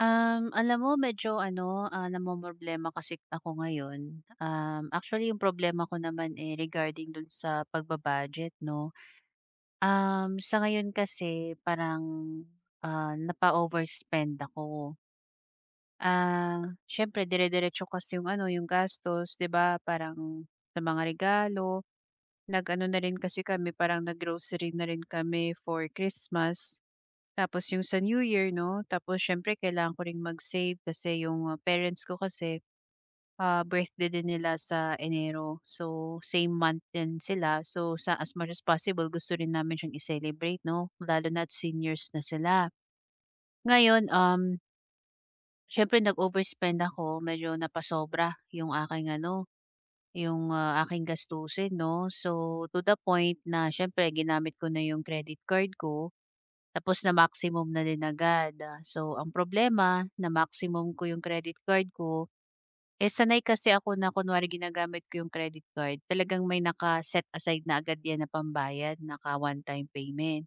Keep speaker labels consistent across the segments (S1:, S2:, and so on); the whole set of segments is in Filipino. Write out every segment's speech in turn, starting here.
S1: Alam mo medyo ano, namomroblema kasi ako ngayon. Actually yung problema ko naman, eh, regarding dun sa pagbabudget 'no. Sa ngayon kasi parang, napa-overspend ako. Ah, siyempre dire-diretso kasi yung ano, yung gastos 'di ba, parang sa mga regalo, nag-ano na rin kasi kami, parang nag-grocery na rin kami for Christmas. Tapos yung sa New Year 'no, tapos siyempre kailangan ko ring mag-save kasi yung, parents ko kasi, birthday din nila sa Enero. So, same month din sila. So, sa as much as possible gusto rin namin siyang i-celebrate 'no, lalo na at seniors na sila. Ngayon, siyempre nag-overspend ako, medyo napasobra yung aking ano, yung, aking gastusin 'no. So, to the point na siyempre ginamit ko na yung credit card ko. Tapos na-maximum na din agad. So, ang problema na-maximum ko yung credit card ko. Eh, sanay kasi ako na kunwari ginagamit ko yung credit card, talagang may naka-set aside na agad yan na pambayad, naka one-time payment.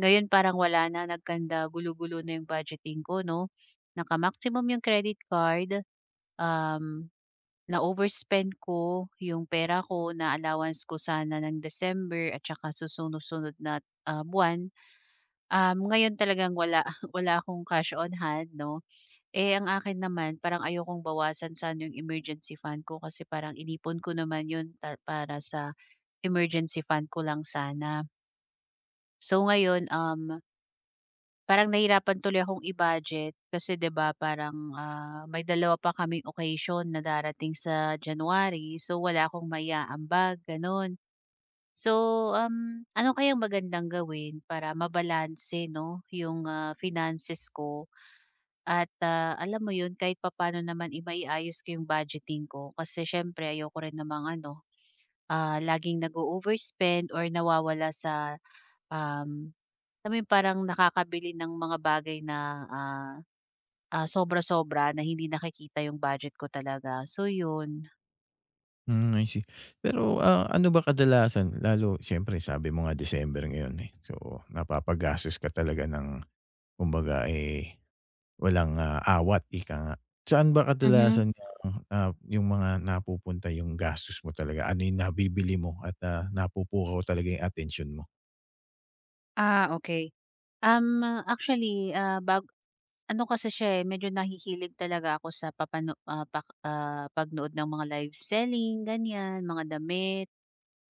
S1: Ngayon parang wala na, nagkanda gulo-gulo na yung budgeting ko, no? Naka-maximum yung credit card, um, na-overspend ko yung pera ko, na allowance ko sana ng December at saka susunod-sunod na buwan. Ngayon talagang wala wala akong cash on hand 'no. Eh, ang akin naman parang ayokong bawasan sana yung emergency fund ko kasi parang inipon ko naman yun pa para sa emergency fund ko lang sana. So ngayon, parang nahirapan tuloy akong i-budget kasi 'di ba parang, may dalawa pa kaming occasion na darating sa January, so wala akong maiaambag gano'n. So, ano kayang magandang gawin para mabalanse 'no yung, finances ko. At, alam mo yun kahit papano naman imaiayos maiayos ko yung budgeting ko kasi siyempre ayoko rin namang ano, laging nag overspend or nawawala sa, um, alam mo yung parang nakakabili ng mga bagay na, ah, sobra-sobra na hindi nakikita yung budget ko talaga. So yun.
S2: Hmm, I see. Pero, ano ba kadalasan lalo siyempre sabi mo nga December ngayon, eh. So, napapagastos ka talaga ng kumbaga, eh, walang, awat ika nga. Saan ba
S1: Mhm.
S2: kadalasan yung, yung mga napupunta yung gastos mo talaga? Ano yung nabibili mo at, napupukaw talaga yung attention mo?
S1: Okay. Actually, ano kasi siya, eh, medyo nahihilig talaga ako sa papano pagnood ng mga live selling, ganyan, mga damit.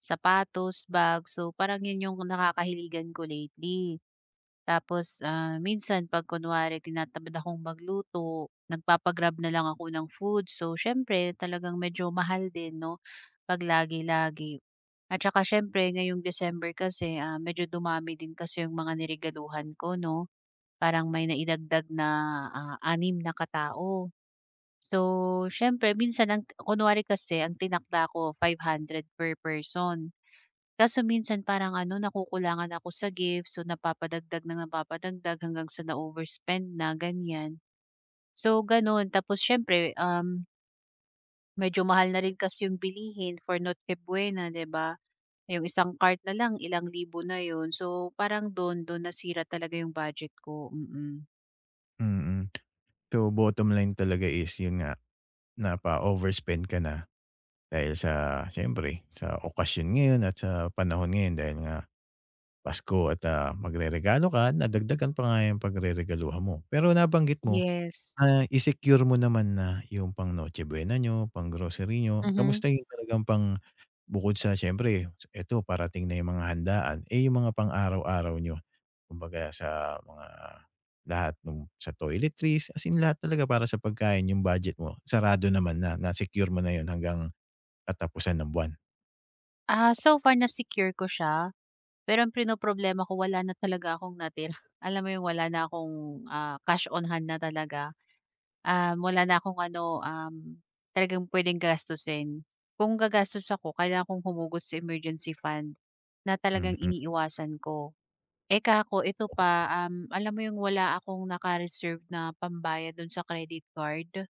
S1: Sapatos, bag, so parang yun yung nakakahiligan ko lately. Tapos, minsan 'pag kunwari tinatamad akong magluto, nagpapagrab na lang ako ng food. So, siyempre talagang medyo mahal din 'no, 'pag lagi-lagi. At saka siyempre ngayong December kasi, medyo dumami din kasi yung mga niregaluhan ko 'no, parang may naidagdag na, 6 na katao. So, siyempre minsan ang kunwari kasi ang tinakda ko 500 per person. Kaso minsan parang ano, nakukulangan ako sa gifts, so napapadagdag ng napapadagdag hanggang sa na-overspend na, ganyan. So gano'n, tapos siyempre, medyo mahal na rin kasi yung bilihin for Noche Buena, 'di ba? Yung isang cart na lang, ilang libo na yun. So parang do'n do'n nasira talaga yung budget ko, mm.
S2: Mm. Mm. So, bottom line talaga is yun nga, napa-overspend ka na dahil sa siyempre sa okasyon ngayon at sa panahon ngayon dahil nga Pasko at, magreregalo ka, nadagdagan pa nga yung pagreregaluhan mo. Pero nabanggit mo
S1: Yes,
S2: na i-secure mo naman na yung pang Noche Buena niyo, pang grocery niyo.
S1: mhm.
S2: Kamusta yung talagang pang bukod sa siyempre eto parating na yung mga handaan, eh, yung mga pang-araw-araw niyo? Kumbaga sa mga lahat nung sa toiletries, as in lahat talaga para sa pagkain yung budget mo sarado naman na, na-secure mo na yun hanggang katapusan ng buwan?
S1: So far na-secure ko siya, pero ang problema ko wala na talaga akong natira. Alam mo yung wala na akong, cash on hand na talaga. Wala na akong ano, talagang puwedeng gastusin. Kung gagastos ako kailangan kong humugot sa emergency fund na talagang
S2: Mhm,
S1: iniiwasan ko. Eka ako ito
S2: okey.
S1: pa, alam mo yung wala akong naka-reserve na pambayad dun sa credit card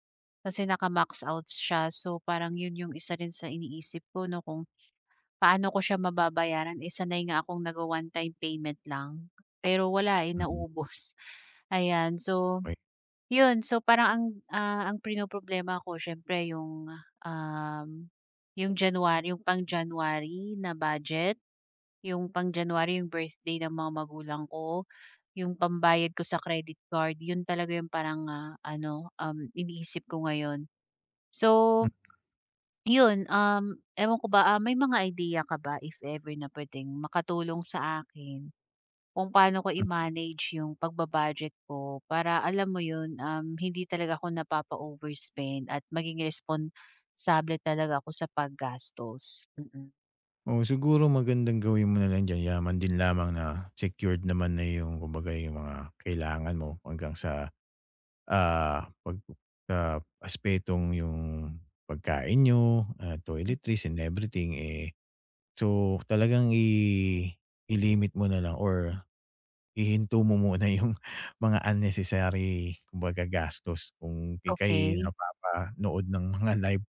S1: kasi naka-max out siya. So, parang yun yung isa rin sa iniisip ko 'no, kung paano ko siya mababayaran, isa sanay nga akong nag one time payment lang. Pero wala, eh,
S2: Mm,
S1: naubos, ayan. So
S2: okey.
S1: yun, so parang ang, ang problema ko siyempre yung, um, yung January, yung pang-January na budget, yung pang-January, yung birthday ng mga magulang ko, yung pambayad ko sa credit card, yun talaga yung parang, ano, iniisip ko ngayon. So
S2: Mm.
S1: yun, ewan ko ba, may mga idea ka ba if ever na puwedeng makatulong sa akin kung paano ko
S2: Mm.
S1: i-manage yung pagbabudget ko para alam mo yun, hindi talaga ako napapa-overspend at maging responsable talaga ako sa paggastos, mm.
S2: Oo, siguro magandang gawin mo na lang diyan yaman din lamang na secured naman na yung kumbaga yung mga kailangan mo hanggang sa, pag sa aspetong yung pagkain niyo,
S1: Hmm,
S2: toiletries and everything, eh, so talagang i-limit mo na lang or ihinto mo muna yung mga unnecessary kumbaga gastos kung ika'y
S1: okey.
S2: napapanood ng mga live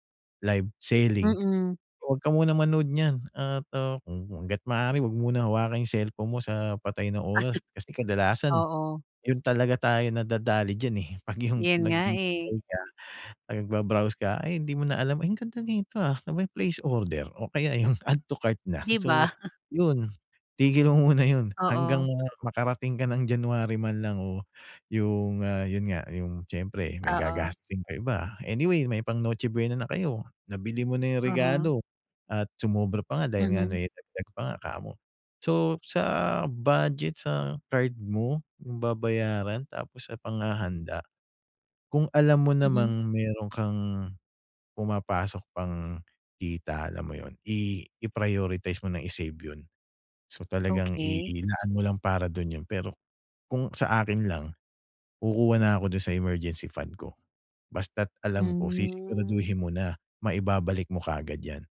S2: live selling.
S1: Mm,
S2: Huwag ka munang manood niyan at, kung hangga't maaari huwag muna hawakan yung cellphone mo sa patay na oras kasi kadalasan
S1: oo.
S2: yun talaga tayo nadadali diyan, eh, 'pag yung
S1: Yun nga, eh,
S2: naghihinay ka. 'Pag nagba ka, ay hindi mo na alam, "Ay, ang ganda nito, ah, aba'y place order" o kaya yung add to cart na.
S1: 'di ba?
S2: So, yun, tigil mo muna yun hanggang
S1: Oo,
S2: makarating ka ng January man lang o yung, yun nga, yung siyempre may
S1: oo,
S2: gagastusin pa iba. Anyway, may pang Noche Buena na kayo, nabili mo na yung
S1: uh-huh,
S2: regalo at sumobra pa nga dahil nga
S1: mhm,
S2: naidagdag pa nga kamo. So, sa budget sa card mo, yung babayaran tapos sa panghahanda kung alam mo
S1: mhm.
S2: namang meron kang pumapasok pang kita, alam mo yun, i-prioritize mo na i-save yun. So,
S1: Okay,
S2: talagang
S1: okey.
S2: ilaan mo lang para dun yun. Pero kung sa akin lang, kukuha na ako dun sa emergency fund ko. Basta't alam ko
S1: Hmm,
S2: sisiguraduhin mo na maibabalik mo kagad yan.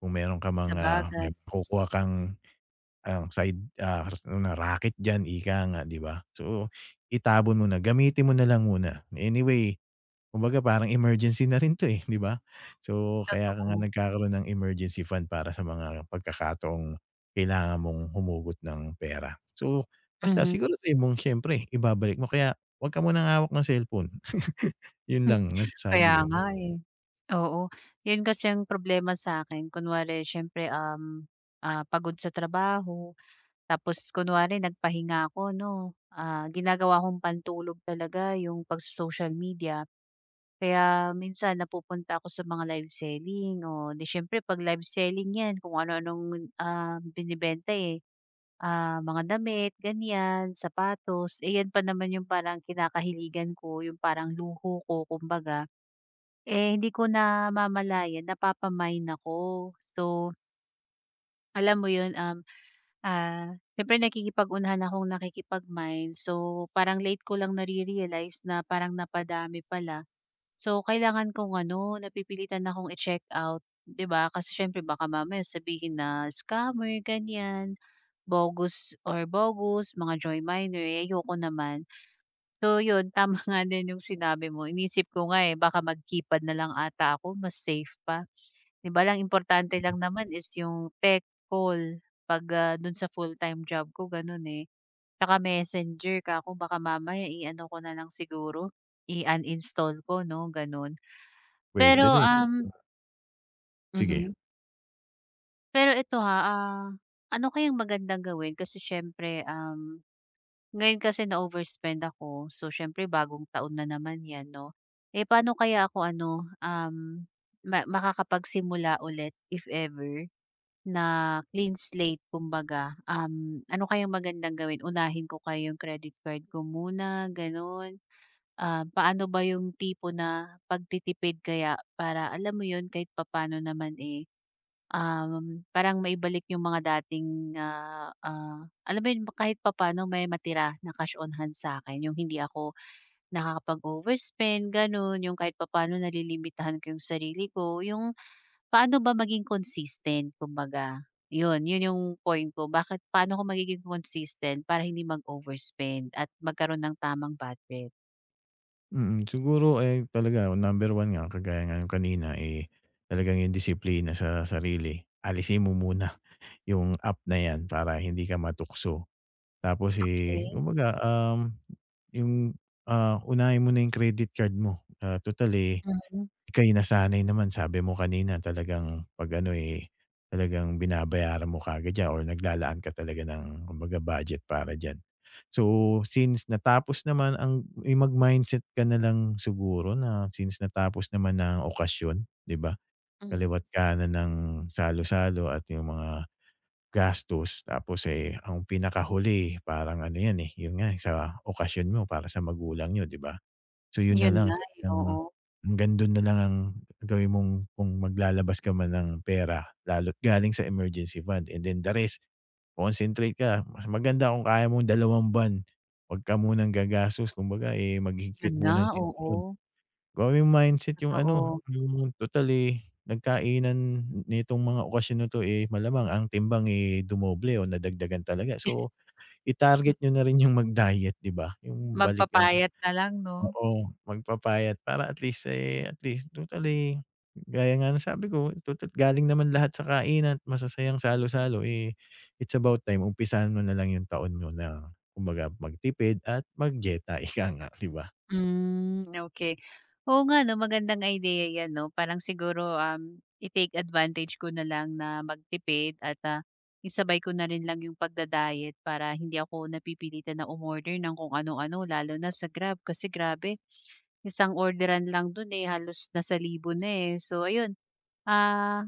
S2: Kung meron ka mang, may
S1: sabagay,
S2: makukuha kang, ang side, ano na raket diyan ika nga, 'di ba? So, itabon mo na, gamitin mo na lang muna. Anyway kumbaga parang emergency na rin 'to, eh, 'di ba? So, kaya ka nga
S1: totoo,
S2: nagkakaroon ng emergency fund para sa mga pagkakataong kailangan mong humugot ng pera. So, basta
S1: mhm.
S2: siguraduhin mong siyempre ibabalik mo kaya 'wag ka munang hawak ng cellphone. 'Yun
S1: Hmm,
S2: lang
S1: kaya
S2: masasabi ko.
S1: nga, eh. Oo, yun kasi ang problema sa'kin kunwari siyempre, pagod sa trabaho tapos kunwari nagpahinga ako 'no, ginagawa kong pantulog talaga yung pagso-social media. Kaya minsan napupunta ako sa mga live selling, o 'di siyempre 'pag live selling 'yan kung ano-anong, binebenta, eh. Mga damit ganiyan, sapatos, eh, 'yan pa naman yung parang kinakahiligan ko, yung parang luho ko kumbaga. Eh, hindi ko namamalayan napapa-mine ako. So, alam mo yun, siyempre nakikipag-unahan akong nakikipag-mine. So, parang late ko lang nare-realize na parang napadami pala. So, kailangan kong ano, napipilitan akong i-check out, 'di ba? Kasi siyempre baka mamaya sabihin na scammer, ganyan, bogus or bogus, mga joy miner, eh, ayoko naman. So, yun, tama nga din yung sinabi mo. Inisip ko nga eh, baka magkipad na lang ata ako, mas safe pa. 'Di ba lang importante lang naman is yung tech call 'pag, dun sa full-time job ko ganun, eh. Tsaka Messenger, kako baka mamaya i-ano ko na lang siguro, i-uninstall ko 'no, ganun. Pero,
S2: Puwede
S1: mm.
S2: rin, sige.
S1: Mhm, pero ito ha, ano kayang magandang gawin kasi siyempre, ngayon kasi na-overspend ako, so siyempre bagong taon na naman 'yan 'no. Eh, paano kaya ako ano, makakapagsimula ulit if ever? Na clean slate kumbaga, ano kayang magandang gawin? Unahin ko kayo yung credit card ko muna, gano'n? Paano ba yung tipo na pagtitipid kaya para alam mo yun, kahit papaano naman, eh, parang maibalik yung mga dating, alam mo yun, kahit papaano may matira na cash on hand sa akin yung hindi ako nakakapag-overspend, gano'n. Yung kahit papaano nalilimitahan ko yung sarili ko, yung paano ba maging consistent kumbaga? Yun, yun yung point ko bakit paano ko magiging consistent para hindi mag-overspend at magkaroon ng tamang budget?
S2: Mm, siguro, eh, talaga number one nga kagaya nga nung kanina, eh, talagang yung disiplina sa sarili. Alisin mo muna yung app na 'yan para hindi ka matukso. Tapos, eh,
S1: Okay.
S2: kumbaga, yung, unahin mo na yung credit card mo. Ah, tutal, eh,
S1: Mhm,
S2: ika'y nasanay naman sabi mo kanina talagang 'pag ano, eh, talagang binabayaran mo kaagad 'yan or naglalaan ka talaga ng kumbaga budget para diyan. So, since natapos naman ang eh, mag-mindset ka na lang siguro na since natapos naman na ang okasyon, 'di ba?
S1: mm.
S2: Kaliwa't ka na ng salo-salo at yung mga gastos tapos, eh, ang pinakahuli parang ano 'yan, eh, 'yun nga eh, sa okasyon mo para sa magulang niyo, 'di ba? So 'yun na
S1: Yun nga,
S2: lang
S1: eh, oo.
S2: talagang hanggang dun na lang ang gawin mong kung maglalabas ka man ng pera lalo't galing sa emergency fund and then the rest, concentrate ka. Mas maganda kung kaya mong dalawang ban 'wag ka munang gagastos kumbaga, eh,
S1: Yun
S2: maghigpit
S1: nga,
S2: muna ng
S1: oo,
S2: sinturon. Growing mindset yung ano,
S1: totoo.
S2: yung totally nagkainan nitong mga okasyon na 'to, eh, malamang ang timbang, eh, dumoble o nadagdagan talaga. So, i-target niyo na rin yung mag-diet, 'di ba? Yung balikan
S1: Magpapayat na lang 'no?
S2: oo, magpapayat para at least, eh, at least totally gaya nga ng sabi ko, total galing naman lahat sa kainan at masasayang salo-salo, eh, it's about time umpisahan mo na lang yung taon niyo na kumbaga magtipid at mag-dieta, ika nga, 'di ba?
S1: Hmm, okay. Oo nga 'no, magandang idea 'yan 'no. Parang siguro, i-take advantage ko na lang na magtipid at, isabay ko na rin lang yung pagda-diet para hindi ako napipilitan na umorder ng kung ano-ano lalo na sa Grab. Kasi grabe, isang orderan lang dun, eh, halos nasa libo na, eh. So ayun, ah,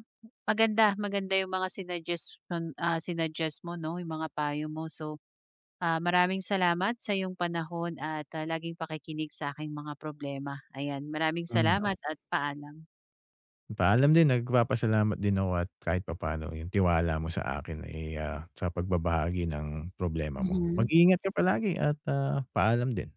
S1: maganda, maganda yung mga sinuggest, sinuggest mo 'no, yung mga payo mo. So, maraming salamat sa iyong panahon at, laging pakikinig sa aking mga problema. Ayan, maraming
S2: Hmm.
S1: salamat at paalam.
S2: Paalam din, nagpapasalamat din ako at kahit papaano yung tiwala mo sa akin, eh, sa pagbabahagi ng problema mo.
S1: Mhm.
S2: Mag-iingat ka palagi at, paalam din.